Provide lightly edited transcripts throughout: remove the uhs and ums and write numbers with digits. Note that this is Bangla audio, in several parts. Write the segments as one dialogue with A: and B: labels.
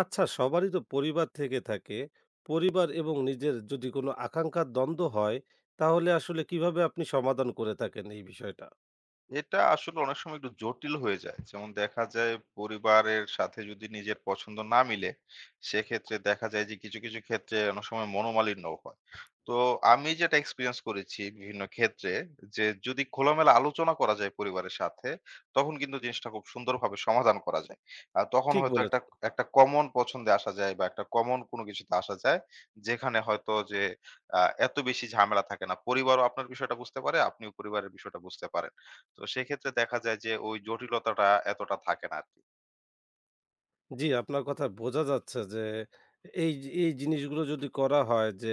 A: আচ্ছা, সবারই তো পরিবার থেকে থাকে। পরিবার এবং নিজের যদি কোনো আকাঙ্ক্ষার দ্বন্দ্ব হয়, তাহলে আসলে কিভাবে আপনি সমাধান করে থাকেন এই বিষয়টা?
B: এটা আসলে অনেক সময় একটু জটিল হয়ে যায়। যেমন দেখা যায় পরিবারের সাথে যদি নিজের পছন্দ না মিলে, সেক্ষেত্রে দেখা যায় যে কিছু, কিছু ক্ষেত্রে অনেক সময় মনোমালিন্যও হয়। তো আমি যেটা এক্সপেরিয়েন্স করেছি বিভিন্ন ক্ষেত্রে যে যদি খোলামেলা আলোচনা করা যায় পরিবারের সাথে, তখন কিন্তু জিনিসটা খুব সুন্দরভাবে সমাধান করা যায়। আর তখন
A: ঠিক
B: হয়তো একটা,
A: বলেছেন।
B: একটা কমন পছন্দে আসা যায় বা একটা কমন কোনো কিছুতে আসা যায়। যেখানে হয়তো যে আ এত বেশি ঝামেলা থাকে না। পরিবারও আপনার বিষয়টা বুঝতে পারে, আপনিও পরিবারের বিষয়টা বুঝতে পারেন। তো সেক্ষেত্রে দেখা যায় যে ওই জটিলতাটা এতটা থাকে না আরকি।
A: জি, আপনার কথায় বোঝা যাচ্ছে যে এই এই জিনিসগুলো যদি করা হয় যে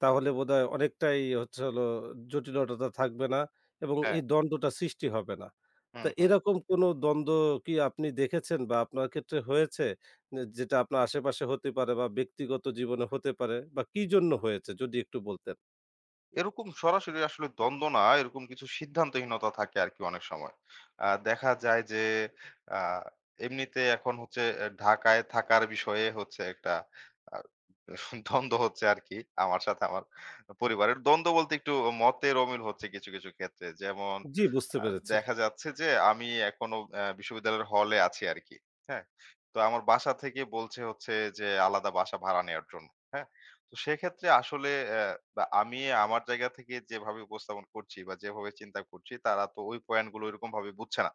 A: তাহলে বোধহয় অনেকটাই হলো জটিলতা থাকবে না এবং
B: হ্যাঁ,
A: এই দ্বন্দ্বটা সৃষ্টি হবে না। তো
B: হুম, হুম।
A: এরকম কোনো দ্বন্দ্ব কি আপনি দেখেছেন বা আপনার ক্ষেত্রে হয়েছে? নে যেটা আপনার আশেপাশে হতে পারে বা ব্যক্তিগত জীবনে হতে পারে বা কি জন্য হয়েছে যদি একটু বলতেন?
B: এরকম সরাসরি আসলে দ্বন্দ্ব না, এরকম কিছু সিদ্ধান্তহীনতা থাকে আরকি অনেক সময়। দেখা যায় যে আ এমনিতে এখন হচ্ছে ঢাকায় থাকার বিষয়ে হচ্ছে একটা আ দ্বন্দ্ব হচ্ছে আরকি। আমার সাথে আমার পরিবারের। দ্বন্দ্ব বলতে একটু মতের অমিল হচ্ছে কিছু, কিছু ক্ষেত্রে। যেমন
A: জি, বুঝতে
B: আ
A: পেরেছি।
B: দেখা যাচ্ছে যে আমি এখনো বিশ্ববিদ্যালয়ের হলে আছি আরকি। হ্যাঁ? তো আমার বাসা থেকে বলছে হচ্ছে যে আলাদা বাসা ভাড়া নেয়ার জন্য। হ্যাঁ? তো সেক্ষেত্রে আসলে অ্যা বা আমি আমার জায়গা থেকে যেভাবে উপস্থাপন করছি বা যেভাবে চিন্তা করছি তারা তো ওই পয়েন্ট গুলো এরকম ভাবে বুঝছে না।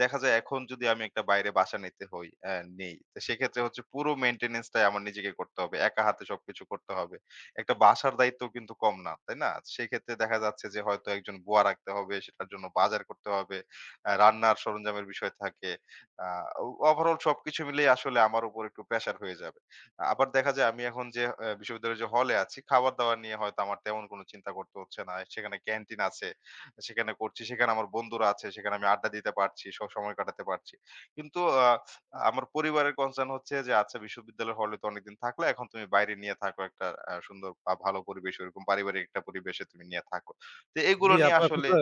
B: দেখা যায় এখন যদি আমি একটা বাইরে বাসা নিতে হই নেই। তো সেক্ষেত্রে হচ্ছে পুরো মেইনটেন্যান্স টাই আমার নিজেকে করতে হবে। একা হাতে সবকিছু করতে হবে। একটা বাসার দায়িত্ব কিন্তু কম না, তাই না? সেক্ষেত্রে দেখা যাচ্ছে যে হয়তো একজন বুয়া রাখতে হবে, সেটার জন্য বাজার করতে হবে, রান্নার সরঞ্জামের বিষয় থাকে। আ ওভারঅল সবকিছু মিলিয়ে আসলে আমার উপর একটু প্রেশার হয়ে যাবে। আবার দেখা যায় আমি এখন যে বিশ্ববিদ্যালয়ের যে হলে আছি, খাবার-দাবার নিয়ে হয়তো আমার তেমন কোন চিন্তা করতে হচ্ছে না। সেখানে ক্যান্টিন আছে, সেখানে করছি। সেখানে আমার বন্ধুরা আছে, সেখানে আমি আড্ডা দিতে পারছি, সময় কাটাতে পারছি। কিন্তু আমার পরিবারের কনসার্ন হচ্ছে যে, "আচ্ছা বিশ্ববিদ্যালয়ের হলে তো অনেকদিন থাকলা, এখন তুমি বাইরে নিয়ে থাকো একটা সুন্দর বা ভালো পরিবেশে, ওরকম পারিবারিক একটা পরিবেশে তুমি নিয়ে থাকো।" তো
A: জি,
B: এগুলো নিয়ে
A: আপনার
B: আসলে
A: কথা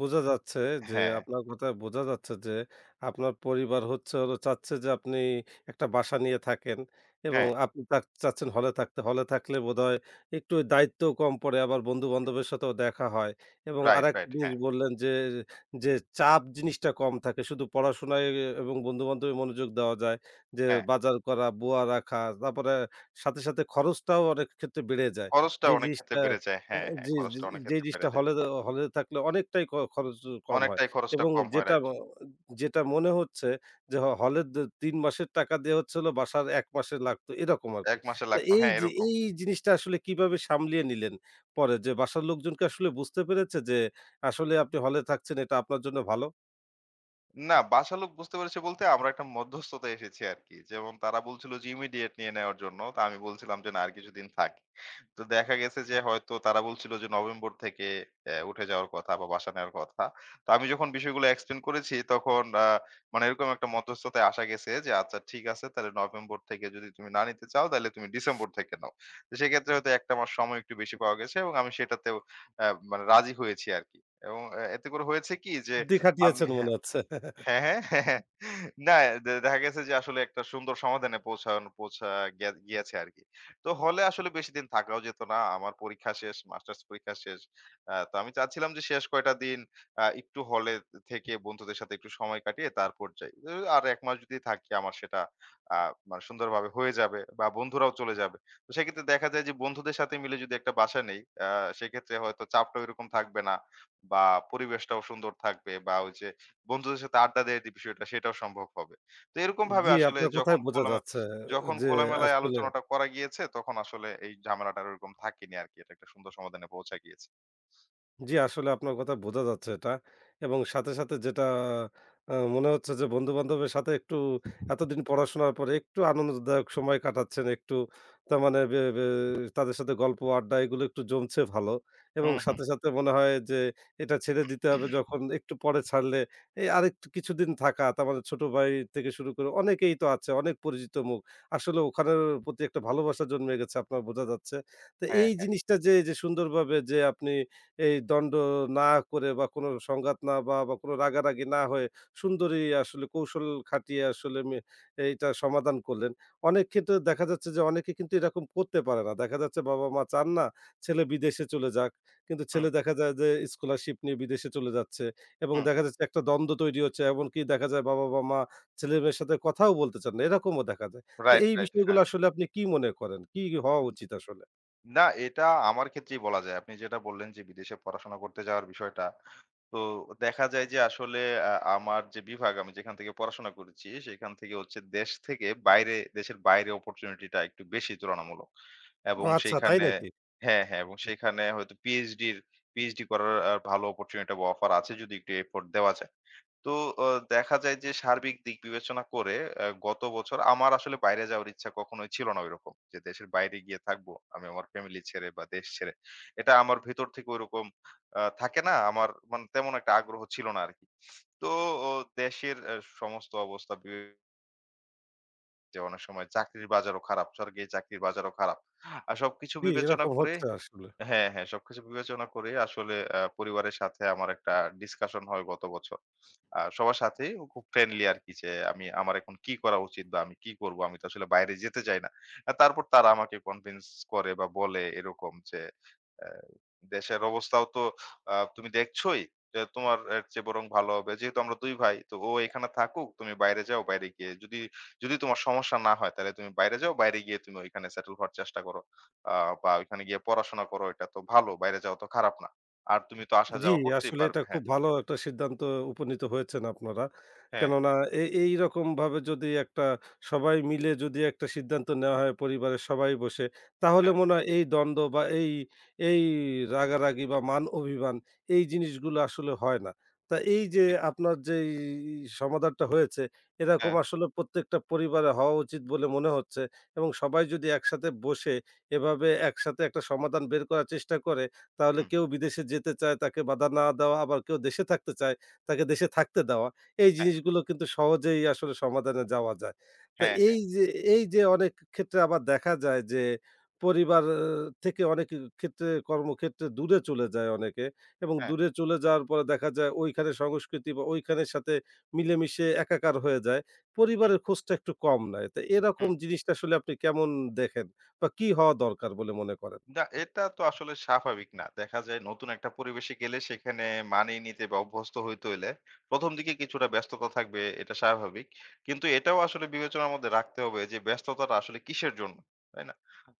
A: বোঝা যাচ্ছে যে,
B: হ্যাঁ,
A: আপনার কথায় বোঝা যাচ্ছে যে, আপনার পরিবার হলো চাচ্ছে যে, আপনি একটা বাসা নিয়ে থাকেন এবং
B: হ্যাঁ।
A: আপনি তা চাচ্ছেন হলে থাকতে। হলে থাকলে বোধহয় একটু দায়িত্বও কম পড়ে, আবার বন্ধু-বান্ধবের সাথেও দেখা হয় এবং
B: রাইট,
A: আরেকটা
B: রাইট।
A: জিনিস
B: হ্যাঁ,
A: বললেন যে, যে চাপ জিনিসটা কম থাকে। শুধু পড়াশোনায় এবং বন্ধু-বান্ধবে মনোযোগ দেওয়া যায়। যে
B: হ্যাঁ।
A: বাজার করা, বুয়া রাখা, তারপরে সাথে, সাথে খরচটাও অনেক ক্ষেত্রে বেড়ে যায়।
B: খরচটা
A: যে
B: অনেক ক্ষেত্রে
A: জিনিসটা
B: বেড়ে যায়।
A: আ
B: হ্যাঁ, হ্যাঁ।
A: জি, জি,
B: খরচটা অনেক
A: যে
B: ক্ষেত্রে বেড়ে
A: জিনিসটা
B: যায়।
A: হলে হলে থাকলে অনেকটাই ক খরচ কম হয়
B: অনেকটাই খরচটা
A: এবং
B: কম হয়, রাইট।
A: যেটা মনে হচ্ছে যে হ হলের দে ৩ মাসের টাকা দেয়া হচ্ছে হলো বাসার ১ মাসের লাগতো এরকম আরকি।
B: ১ মাসে
A: তো
B: লাগতো
A: এই
B: হ্যাঁ,
A: যে
B: এরকম।
A: এই জিনিসটা আসলে কিভাবে সামলিয়ে নিলেন পরে? যে বাসার লোকজন কি আসলে বুঝতে পেরেছে যে আসলে আপনি হলে থাকছেন এটা আপনার জন্য ভালো?
B: না, বাসার লোক বুঝতে পেরেছে বলতে আমরা একটা মধ্যস্থতায় এসেছি আরকি। যেমন তারা বলছিল যে ইমিডিয়েট নিয়ে নেওয়ার জন্য। তো আমি বলছিলাম যে, "না আর কিছুদিন থাক।" তো দেখা গেছে যে হয়তো তারা বলছিল যে নভেম্বর থেকে উঠে যাওয়ার কথা বা বাসা নেওয়ার কথা। তো আমি যখন বিষয়গুলো এক্সপ্লেইন করেছি তখন মানে এরকম একটা মধ্যস্থতায় আসা গেছে যে, "আচ্ছা ঠিক আছে তাহলে নভেম্বর থেকে যদি তুমি না নিতে চাও তাহলে তুমি ডিসেম্বর থেকে নাও।" তো সেক্ষেত্রে হয়তো ১ টা মাস সময় একটু বেশি পাওয়া গেছে এবং আমি সেটাতেও মানে রাজি হয়েছি আরকি। এবং এতে করে হয়েছে কি যে
A: বুদ্ধি
B: আমি
A: খাটিয়েছেন মনে
B: হ্যাঁ।
A: হচ্ছে।
B: হ্যাঁ, হ্যাঁ, হ্যাঁ, হ্যাঁ। না, দেখা গেছে যে আসলে একটা সুন্দর সমাধানে পৌঁছা গিয়াছে আরকি। তো হলে আসলে বেশিদিন থাকাও যেত না। আমার পরীক্ষা শেষ, মাস্টার্স পরীক্ষা শেষ। তো আমি চাচ্ছিলাম যে শেষ কয়টা দিন একটু হলে থেকে বন্ধুদের সাথে একটু সময় কাটিয়ে তারপর যাই। আর ১ মাস যদি থাকি আমার সেটা আ মানে সুন্দরভাবে হয়ে যাবে বা বন্ধুরাও চলে যাবে। তো সেক্ষেত্রে দেখা যায় যে বন্ধুদের সাথে মিলে যদি একটা বাসা নেই, আ সেক্ষেত্রে হয়তো চাপটা ওইরকম থাকবে না বা পরিবেশটাও সুন্দর থাকবে বা ওই যে বন্ধুদের সাথে আড্ডা দেওয়ার যে বিষয়টা সেটাও সম্ভব হবে। তো এরকম ভাবে
A: জি,
B: আসলে
A: আপনার
B: যখন
A: কথায় বোঝা
B: খোলামে
A: যাচ্ছে
B: যখন
A: যে
B: খোলামেলায়
A: আসলে
B: আলোচনাটা করা গিয়েছে তখন আসলে এই ঝামেলাটা আর ওরকম থাকেনি আরকি। এটা একটা সুন্দর সমাধানে পৌঁছা গিয়েছে।
A: জি, আসলে আপনার কথা বোঝা যাচ্ছে এটা। এবং সাথে, সাথে যেটা মনে হচ্ছে যে বন্ধু-বান্ধবের সাথে একটু এতদিন পড়াশোনার পরে একটু আনন্দদায়ক সময় কাটাচ্ছেন। একটু তার মানে বে বে তাদের সাথে গল্প, আড্ডা এগুলো একটু জমছে ভালো। এবং
B: হুম, হুম।
A: সাথে, সাথে মনে হয় যে এটা ছেড়ে দিতে হবে যখন একটু পরে ছাড়লে এই আরেকটু কিছুদিন থাকা তার মানে ছোট ভাই থেকে শুরু করে অনেকেই তো আছে, অনেক পরিচিত মুখ। আসলে ওখানের প্রতি একটা ভালোবাসা জন্মে গেছে আপনার বোঝা যাচ্ছে। তো
B: হ্যাঁ,
A: এই
B: হ্যাঁ।
A: জিনিসটা যে, যে সুন্দরভাবে যে আপনি এই দণ্ড না করে বা কোনো সংঘাত না বা কোনো রাগারাগি না হয়ে সুন্দরই আসলে কৌশল খাটিয়ে আসলে মে এইটা সমাধান করলেন। অনেক ক্ষেত্রে দেখা যাচ্ছে যে অনেকে কিন্তু এরকম করতে পারে না। দেখা যাচ্ছে বাবা-মা চান না ছেলে বিদেশে চলে যাক। কিন্তু
B: হুম,
A: ছেলে দেখা যায় যে স্কলারশিপ নিয়ে বিদেশে চলে যাচ্ছে এবং
B: হুম।
A: দেখা যাচ্ছে একটা দ্বন্দ্ব তৈরি হচ্ছে। এমনকি দেখা যায় বাবা বা মা ছেলে-মেয়ের সাথে কথাও বলতে চান না। এরকমও দেখা যায়। তো
B: রাইট,
A: এই
B: রাইট।
A: বিষয়গুলো
B: হ্যাঁ।
A: আসলে আপনি কি মনে করেন? কি হওয়া উচিত আসলে?
B: না, এটা আমার ক্ষেত্রেই বলা যায়। আপনি যেটা বললেন যে বিদেশে পড়াশোনা করতে যাওয়ার বিষয়টা। তো দেখা যায় যে আসলে আমার যে বিভাগ আমি যেখান থেকে পড়াশোনা করেছি, সেখান থেকে হচ্ছে দেশের বাইরে অপরচুনিটিটা একটু বেশি তুলনামূলক। এবং
A: ও আচ্ছা, তাই
B: সেইখানে
A: নাকি?
B: হ্যাঁ, হ্যাঁ এবং সেইখানে হয়তো পিএইচডি করার ভালো অপরচুনিটি বা অফার আছে যদি একটু এফোর্ট দেওয়া যায়। তো অ দেখা যায় যে সার্বিক দিক বিবেচনা করে গত বছর আমার আসলে বাইরে যাওয়ার ইচ্ছা কখনোই ছিল না ঐরকম। যে দেশের বাইরে গিয়ে থাকবো আমি আমার ফ্যামিলি ছেড়ে বা দেশ ছেড়ে। এটা আমার ভেতর থেকে ঐরকম থাকে না? আমার মানে তেমন একটা আগ্রহ ছিল না আরকি। তো ও দেশের সমস্ত অবস্থা যে অনেক সময় চাকরির বাজারও খারাপ, সরকারি চাকরির বাজারও খারাপ। আর সবকিছু
A: জি,
B: বিবেচনা
A: এরকম
B: করে
A: হচ্ছে আসলে।
B: হ্যাঁ, হ্যাঁ, সবকিছু বিবেচনা করে আসলে পরিবারের সাথে আমার একটা ডিসকাশন হয় গত বছর। সবার সাথেই খুব ফ্রেন্ডলি আরকি যে আমি আমার এখন কি করা উচিত বা আমি কি করব? আমি তো আসলে বাইরে যেতে চাই না। তারপর তারা আমাকে কনভিন্স করে বা বলে এরকম যে, "অ্যা দেশের অবস্থাও তো তুমি দেখছোই। যে তোমার এর চেয়ে বরং ভালো হবে। যেহেতু আমরা ২ ভাই, তো ও এখানে থাকুক, তুমি বাইরে যাও। বাইরে গিয়ে যদি তোমার সমস্যা না হয় তাহলে তুমি বাইরে যাও। বাইরে গিয়ে তুমি ওইখানে সেটেল হওয়ার চেষ্টা করো।" আ বা ওইখানে গিয়ে পড়াশোনা করো এটা তো ভালো। বাইরে যাওয়া তো খারাপ না। আর তুমি তো আসা
A: জি,
B: যাওয়া করতেই
A: আসলে এটা
B: পারবে।
A: খুব
B: হ্যাঁ,
A: ভালো একটা সিদ্ধান্ত উপনীত হয়েছেন আপনারা।
B: হ্যাঁ,
A: কেননা এ এইরকমভাবে যদি একটা সবাই মিলে যদি একটা সিদ্ধান্ত নেওয়া হয় পরিবারের সবাই বসে, তাহলে
B: হ্যাঁ,
A: মনে হয় এই দ্বন্দ্ব বা এই, এই রাগারাগি বা মান অভিমান এই জিনিসগুলো আসলে হয় না। তা এই যে
B: ঠিক।
A: আপনার যেই সমাধানটা হয়েছে, এরকম
B: হ্যাঁ,
A: আসলে প্রত্যেকটা পরিবারে হওয়া উচিত বলে মনে হচ্ছে এবং সবাই যদি একসাথে বসে এভাবে একসাথে একটা সমাধান বের করার চেষ্টা করে তাহলে
B: হুম,
A: কেউ বিদেশে যেতে চায় তাকে বাধা না দেওয়া, আবার কেউ দেশে থাকতে চায় তাকে দেশে থাকতে দেওয়া। এই
B: হ্যাঁ,
A: জিনিসগুলো কিন্তু সহজেই আসলে সমাধানে যাওয়া যায়। তো
B: হ্যাঁ,
A: এই যে এই যে অনেক ক্ষেত্রে আবার দেখা যায় যে পরিবার থেকে অনেক ক্ষেত্রে কর্মক্ষেত্রে দূরে চলে যায় অনেকে এবং
B: হ্যাঁ,
A: দূরে চলে যাওয়ার পরে দেখা যায় ওইখানে সংস্কৃতি বা ওইখানের সাথে মিলেমিশে একাকার হয়ে যায়।
B: হুম,
A: পরিবারের খোঁজটা একটু কম নেয়। তো
B: হুম।
A: এরকম জিনিসটা আসলে আপনি কেমন দেখেন বা কি হওয়া দরকার বলে মনে করেন?
B: না, এটা তো আসলে স্বাভাবিক না। দেখা যায় নতুন একটা পরিবেশে গেলে সেখানে মানিয়ে নিতে বা অভ্যস্ত হইতে হইলে ১ম দিকে কিছুটা ব্যস্ততা থাকবে, এটা স্বাভাবিক। কিন্তু এটাও আসলে বিবেচনার মধ্যে রাখতে হবে যে ব্যস্ততাটা আসলে কিসের জন্য, তাই না?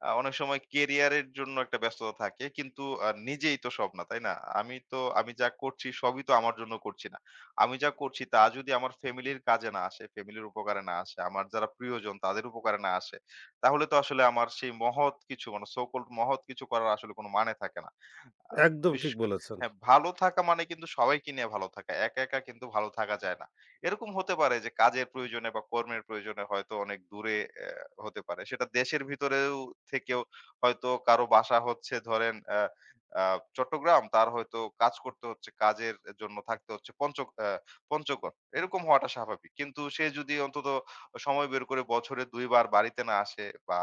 B: অনেক সময় কেরিয়ারের জন্য একটা ব্যস্ততা থাকে কিন্তু নিজেই তো সব না, তাই না? আমি যা করছি সবই তো আমার জন্য করছি না। আমি যা করছি তা যদি আমার ফ্যামিলির কাজে না আসে, ফ্যামিলির উপকারে না আসে, আমার যারা প্রিয়জন তাদের উপকারে না আসে তাহলে তো আসলে আমার সেই মহৎ কিছু মানে সো কল্ড মহৎ কিছু করার আসলে কোনো মানে থাকে না। আ
A: একদম
B: বিশেষ
A: ঠিক
B: করে
A: বলেছেন।
B: হ্যাঁ, ভালো থাকা মানে কিন্তু সবাইকে নিয়ে ভালো থাকা। একা, একা কিন্তু ভালো থাকা যায় না। এরকম হতে পারে যে কাজের প্রয়োজনে বা কর্মের প্রয়োজনে হয়তো অনেক দূরে হতে পারে। সেটা দেশের ভিতরেও থেকেও হয়তো কারো বাসা হচ্ছে ধরেন অ্যা আ চট্টগ্রাম, তার হয়তো কাজ করতে হচ্ছে, কাজের জন্য থাকতে হচ্ছে পঞ্চগড়। এরকম হওয়াটা স্বাভাবিক। কিন্তু সে যদি অন্তত সময় বের করে বছরে ২ বার বাড়িতে না আসে বা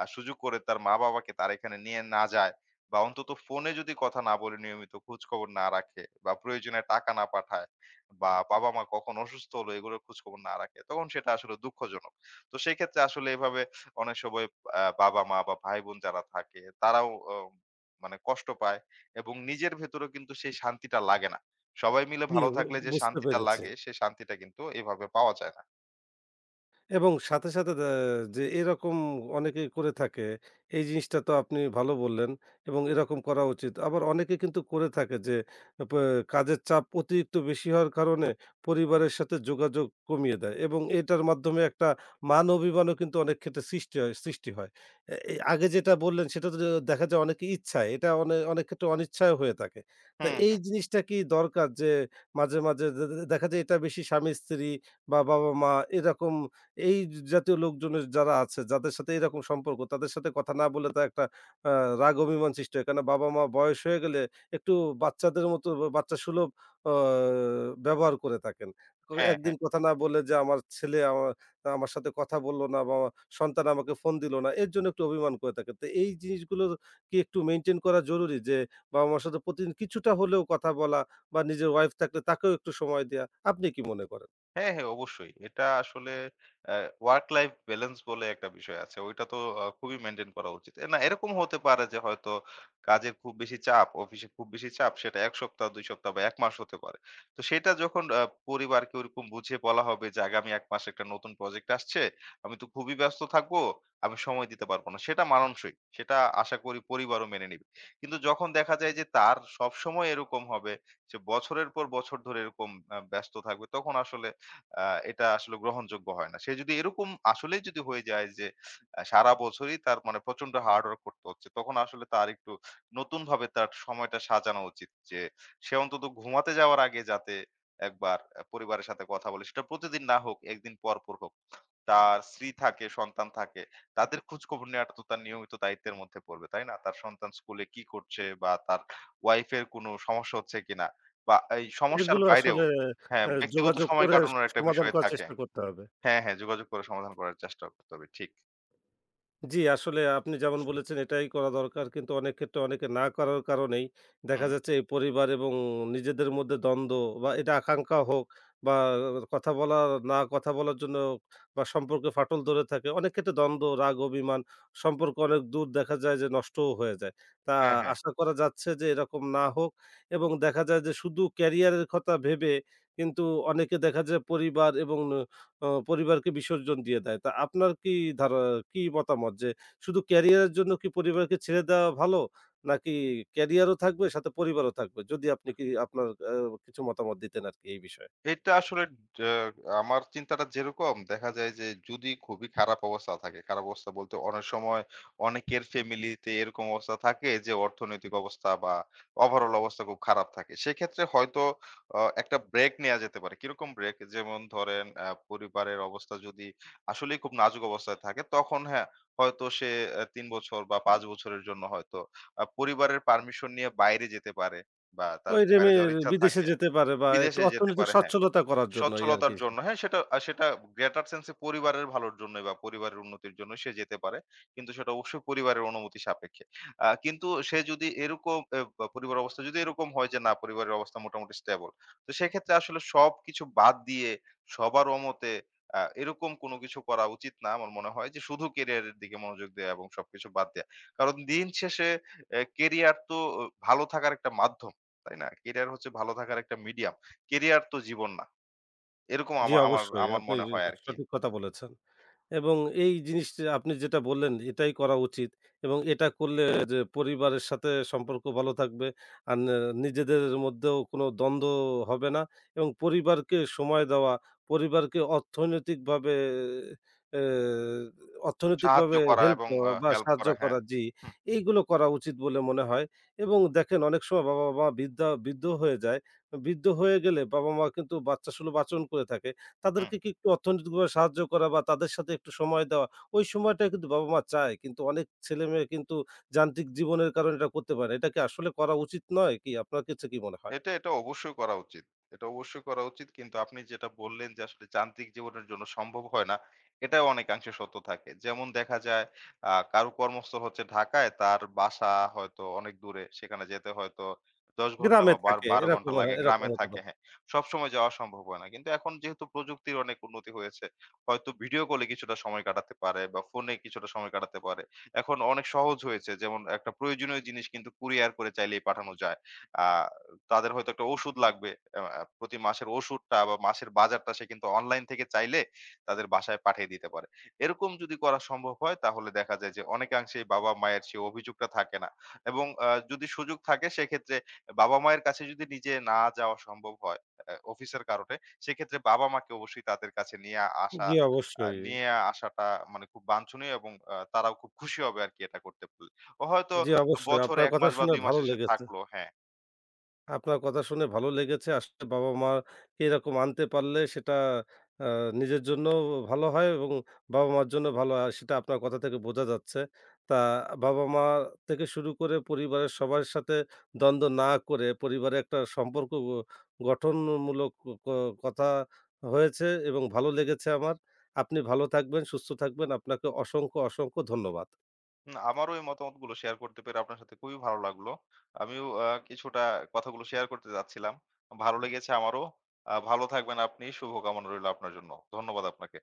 B: সুযোগ করে তার মা-বাবাকে তার এখানে নিয়ে না যায় বা অন্তত ফোনে যদি কথা না বলে নিয়মিত খোঁজখবর না রাখে বা প্রয়োজনে টাকা না পাঠায় বা বাবা-মা কখন অসুস্থ হলো এগুলোর খোঁজখবর না রাখে, তখন সেটা আসলে দুঃখজনক। তো সেক্ষেত্রে আসলে এভাবে অনেক সময় বাবা-মা বা ভাই-বোন যারা থাকে তারাও মানে কষ্ট পায় এবং নিজের ভেতরেও কিন্তু সেই শান্তিটা লাগে না। সবাই মিলে
A: জি,
B: ভালো
A: বু
B: থাকলে যে
A: বুঝতে
B: শান্তিটা
A: পেরেছি।
B: লাগে সে শান্তিটা কিন্তু এভাবে পাওয়া যায় না।
A: এবং সাথে, সাথে দা যে এরকম অনেকেই করে থাকে, এই জিনিসটা তো আপনি ভালো বললেন এবং এরকম করা উচিত। আবার অনেকে কিন্তু করে থাকে যে প কাজের চাপ অতিরিক্ত বেশি হওয়ার কারণে
B: হুম।
A: পরিবারের সাথে যোগাযোগ কমিয়ে দেয় এবং এটার মাধ্যমে একটা মান অভিমানও কিন্তু অনেক ক্ষেত্রে সৃষ্টি হয়। এ এই আগে যেটা বললেন সেটা তো দেখা যায় অনেকে ইচ্ছায়, এটা অনে অনেক ক্ষেত্রে অনিচ্ছায় হয়ে থাকে। তো এই
B: হুম।
A: জিনিসটা কি দরকার যে মাঝে, মাঝে দে দে দেখা যায় এটা বেশি স্বামী-স্ত্রী বা বাবা-মা এরকম এই জাতীয় লোকজনের যারা আছে, যাদের সাথে এরকম সম্পর্ক, তাদের সাথে কথা না বললে তো একটা আ রাগ অভিমান সৃষ্টি হয়। কেননা বাবা-মা বয়স হয়ে গেলে একটু বাচ্চাদের মতো বাচ্চাসুলভ আ ব্যবহার করে থাকেন। তো
B: হ্যাঁ,
A: একদিন
B: হ্যাঁ।
A: কথা না বললে যে আমার ছেলে আমা আমার সাথে কথা বলল না বা আমার সন্তান আমাকে ফোন দিল না, এর জন্য একটু অভিমান করে থাকে। তো এই জিনিসগুলো কি একটু মেইনটেইন করা জরুরি যে বাবা-মার সাথে প্রতিদিন কিছুটা হলেও কথা বলা বা নিজের ওয়াইফ থাকলে তাকেও একটু সময় দেয়া। আপনি কি মনে করেন?
B: হ্যাঁ, হ্যাঁ, অবশ্যই। এটা আসলে অ্যা ওয়ার্ক লাইফ ব্যালেন্স বলে একটা বিষয় আছে। ওইটা তো খুবই মেইনটেইন করা উচিত। না, এরকম হতে পারে যে হয়তো কাজের খুব বেশি চাপ, অফিসে খুব বেশি চাপ সেটা ১ সপ্তাহ, ২ সপ্তাহ বা ১ মাস হতে পারে। তো সেটা যখন পরিবারকে ওরকম বুঝিয়ে বলা হবে যে আগামী ১ মাসে একটা নতুন প্রজেক্ট আসছে। আমি তো খুবই ব্যস্ত থাকবো। আমি সময় দিতে পারব না। সেটা মানানসই। সেটা আশা করি পরিবারও মেনে নিবে। কিন্তু যখন দেখা যায় যে তার সবসময় এরকম হবে, সে বছরের পর বছর ধরে এরকম ব্যস্ত থাকবে তখন আসলে আ এটা আসলে গ্রহণযোগ্য হয় না। সে যদি এরকম আসলেই যদি হয়ে যায় যে সারা বছরই তার মানে প্রচন্ড হার্ড ওয়ার্ক করতে হচ্ছে, তখন আসলে তার একটু নতুনভাবে তার সময়টা সাজানো উচিত। যে সে অন্তত ঘুমাতে যাওয়ার আগে যাতে একবার পরিবারের সাথে কথা বলে। সেটা প্রতিদিন না হোক, ১ দিন পর, পর হোক। তার স্ত্রী থাকে, সন্তান থাকে। তাদের খোঁজখবর নেওয়াটা তো তার নিয়মিত দায়িত্বের মধ্যে পড়বে, তাই না? তার সন্তান স্কুলে কি করছে বা তার ওয়াইফের কোনো সমস্যা হচ্ছে কিনা বা এই সমস্যার
A: এগুলো
B: বাইরেও
A: আসলে
B: হ্যাঁ, ব্যক্তিগত
A: যোগাযোগ
B: সময়
A: করে
B: কাটানোর একটা
A: সমাধান
B: বিষয়
A: করার
B: থাকে।
A: চেষ্টা করতে হবে।
B: হ্যাঁ, হ্যাঁ, যোগাযোগ করে সমাধান করার চেষ্টা করতে হবে। ঠিক।
A: জি, আসলে আপনি যেমন বলেছেন এটাই করা দরকার। কিন্তু অনেক ক্ষেত্রে অনেকে না করার কারণেই দেখা
B: হুম।
A: যাচ্ছে এই পরিবার এবং নিজেদের মধ্যে দ্বন্দ্ব বা এটা আকাঙ্ক্ষা হোক বা কথা বলা না কথা বলার জন্য বা সম্পর্কে ফাটল ধরে থাকে। অনেক ক্ষেত্রে দ্বন্দ্ব, রাগ, অভিমান সম্পর্ক অনেক দূর দেখা যায় যে নষ্টও হয়ে যায়। তা
B: হ্যাঁ, হ্যাঁ।
A: আশা করা যাচ্ছে যে এরকম না হোক এবং দেখা যায় যে শুধু ক্যারিয়ারের কথা ভেবে কিন্তু অনেকে দেখা যায় পরিবার এবং অ পরিবারকে বিসর্জন দিয়ে দেয়। তা আপনার কি ধারা কি মতামত যে শুধু ক্যারিয়ারের জন্য কি পরিবারকে ছেড়ে দেওয়া ভালো? নাকি ক্যারিয়ারও থাকবে সাথে পরিবারও থাকবে? যদি আপনি কি আপনার কিছু মতামত দিতেন আরকি এই বিষয়ে।
B: এটা আসলে ড আমার চিন্তাটা যেরকম দেখা যায় যে যদি খুবই খারাপ অবস্থা থাকে, খারাপ অবস্থা বলতে অনেক সময় অনেকের ফ্যামিলিতে এরকম অবস্থা থাকে যে অর্থনৈতিক অবস্থা বা ওভারঅল অবস্থা খুব খারাপ থাকে। সেক্ষেত্রে হয়তো একটা ব্রেক নেয়া যেতে পারে। কিরকম ব্রেক? যেমন ধরেন পরিবারের অবস্থা যদি আসলেই খুব নাজুক অবস্থায় থাকে তখন হ্যাঁ, হয়তো সে ৩ বছর বা ৫ বছরের জন্য হয়তো পরিবারের পারমিশন নিয়ে বাইরে যেতে পারে বা তার
A: ওই
B: যদি
A: যে
B: বাইরে
A: মেয়ে
B: যাওয়ার ইচ্ছা
A: বিদেশে
B: থাকে।
A: যেতে পারে বা একটু
B: বিদেশে যেতে
A: অর্থনৈতিক
B: পারে হ্যাঁ।
A: সচ্ছলতা করার জন্য এই আরকি।
B: সচ্ছলতার জন্য হ্যাঁ, সেটা greater sense এ পরিবারের ভালোর জন্যই বা পরিবারের উন্নতির জন্য সে যেতে পারে। কিন্তু সেটা অবশ্যই পরিবারের অনুমতি সাপেক্ষে। কিন্তু সে যদি এরকম বা পরিবারের অবস্থা যদি এরকম হয় যে না পরিবারের অবস্থা মোটামুটি স্টেবল। তো সেক্ষেত্রে আসলে সবকিছু বাদ দিয়ে সবার অমতে এরকম কোনো কিছু করা উচিত না। আমার মনে হয় যে শুধু ক্যারিয়ারের দিকে মনোযোগ দেয়া এবং সবকিছু বাদ দেয়া। কারণ দিন শেষে ক্যারিয়ার তো আহ, ভালো থাকার একটা মাধ্যম। তাই না? ক্যারিয়ার হচ্ছে ভালো থাকার একটা মিডিয়াম। ক্যারিয়ার তো জীবন না। এরকম
A: জি,
B: আমা আমার
A: অবশ্যই
B: আমার
A: আপনি
B: মনে হয় আরকি।
A: সঠিক কথা বলেছেন। এবং এই জিনিসটা আপনি যেটা বললেন এটাই করা উচিত এবং এটা করলে যে পরিবারের সাথে সম্পর্ক ভালো থাকবে আর ন নিজেদের মধ্যেও কোনো দ্বন্দ্ব হবে না এবং পরিবারকে সময় দেওয়া, পরিবারকে অর্থনৈতিকভাবে এ
B: সাহায্য
A: অর্থনৈতিকভাবে
B: করা
A: হেল্প
B: এবং
A: করা বা
B: হেল্প
A: সাহায্য
B: করা হ্যাঁ।
A: করা জি,
B: হুম,
A: এইগুলো করা উচিত বলে মনে হয় এবং দেখেন অনেক সময় বাবা-মা বৃদ্ধা বৃদ্ধ হয়ে যায়। বৃদ্ধ হয়ে গেলে বাবা-মা কিন্তু বাচ্চাসুলভ আচরণ করে থাকে।
B: হুম।
A: তাদেরকে কি একটু অর্থনৈতিকভাবে সাহায্য করা বা তাদের সাথে একটু সময় দেওয়া, ওই সময়টা কিন্তু বাবা-মা চায়। কিন্তু অনেক ছেলেমেয়ে কিন্তু যান্ত্রিক জীবনের কারণে এটা করতে পারে না। এটা কি আসলে করা উচিত নয় কি? আপনার কাছে কি মনে হয়?
B: এটা অবশ্যই করা উচিত। এটা অবশ্যই করা উচিত। কিন্তু আপনি যেটা বললেন যে আসলে যান্ত্রিক জীবনের জন্য সম্ভব হয় না, এটাও অনেকাংশে সত্য থাকে। যেমন দেখা যায় কারো কর্মস্থল হচ্ছে ঢাকায়, তার বাসা হয়তো অনেক দূরে। সেখানে যেতে হয়তো ১০ ঘন্টা
A: গ্রামে
B: বা
A: থাকে
B: ১২ ঘন্টা
A: এরকম,
B: লাগে।
A: এরকম
B: গ্রামে
A: হতে
B: থাকে,
A: পারে।
B: হ্যাঁ। সবসময় যাওয়া সম্ভব হয় না। কিন্তু এখন যেহেতু প্রযুক্তির অনেক উন্নতি হয়েছে, হয়তো ভিডিও কলে কিছুটা সময় কাটাতে পারে বা ফোনে কিছুটা সময় কাটাতে পারে। এখন অনেক সহজ হয়েছে। যেমন একটা প্রয়োজনীয় জিনিস কিন্তু কুরিয়ার করে চাইলেই পাঠানো যায়। আ তাদের হয়তো একটা ওষুধ লাগবে। আ প্রতি মাসের ওষুধটা বা মাসের বাজারটা সে কিন্তু অনলাইন থেকে চাইলে তাদের বাসায় পাঠিয়ে দিতে পারে। এরকম যদি করা সম্ভব হয় তাহলে দেখা যায় যে অনেকাংশেই বাবা-মায়ের সেই অভিযোগটা থাকে না। এবং যদি সুযোগ থাকে সেক্ষেত্রে বাবা-মায়ের কাছে যদি নিজে না যাওয়া সম্ভব হয় অফিসের কারণে, সেক্ষেত্রে বাবা-মাকে অবশ্যই তাদের কাছে নিয়ে আসা
A: জি, অবশ্যই।
B: নিয়ে আসাটা মানে খুব বাঞ্ছনীয় এবং তারাও খুব খুশি হবে আরকি এটা করতে পারলে। ও হয়তো
A: জি, অবশ্যই।
B: বছরে
A: আপনার
B: ১
A: কথা
B: মাস বা
A: শুনে
B: ২ মাস
A: ভালো
B: এসে
A: লেগেছে।
B: থাকলো হ্যাঁ।
A: আপনার কথা শুনে ভালো লেগেছে। আসলে বাবা-মাকে এরকম আনতে পারলে সেটা আ নিজের জন্যও ভালো হয় এবং বাবা-মার জন্য ভালো হয়। সেটা আপনার কথা থেকে বোঝা যাচ্ছে। তা বাবা-মা থেকে শুরু করে পরিবারের সবার সাথে দ্বন্দ্ব না করে পরিবারে একটা সম্পর্ক গ গঠনমূলক ক কথা হয়েছে এবং ভালো লেগেছে আমার। আপনি ভালো থাকবেন, সুস্থ থাকবেন। আপনাকে অসংখ্য, অসংখ্য ধন্যবাদ।
B: না, আমারও এই মতামতগুলো শেয়ার করতে পেরে আপনার সাথে খুবই ভালো লাগলো। আমিও কিছুটা কথাগুলো শেয়ার করতে যাচ্ছিলাম। ভালো লেগেছে আমারও। ভালো থাকবেন আপনি। শুভকামনা রইলো আপনার জন্য। ধন্যবাদ আপনাকে।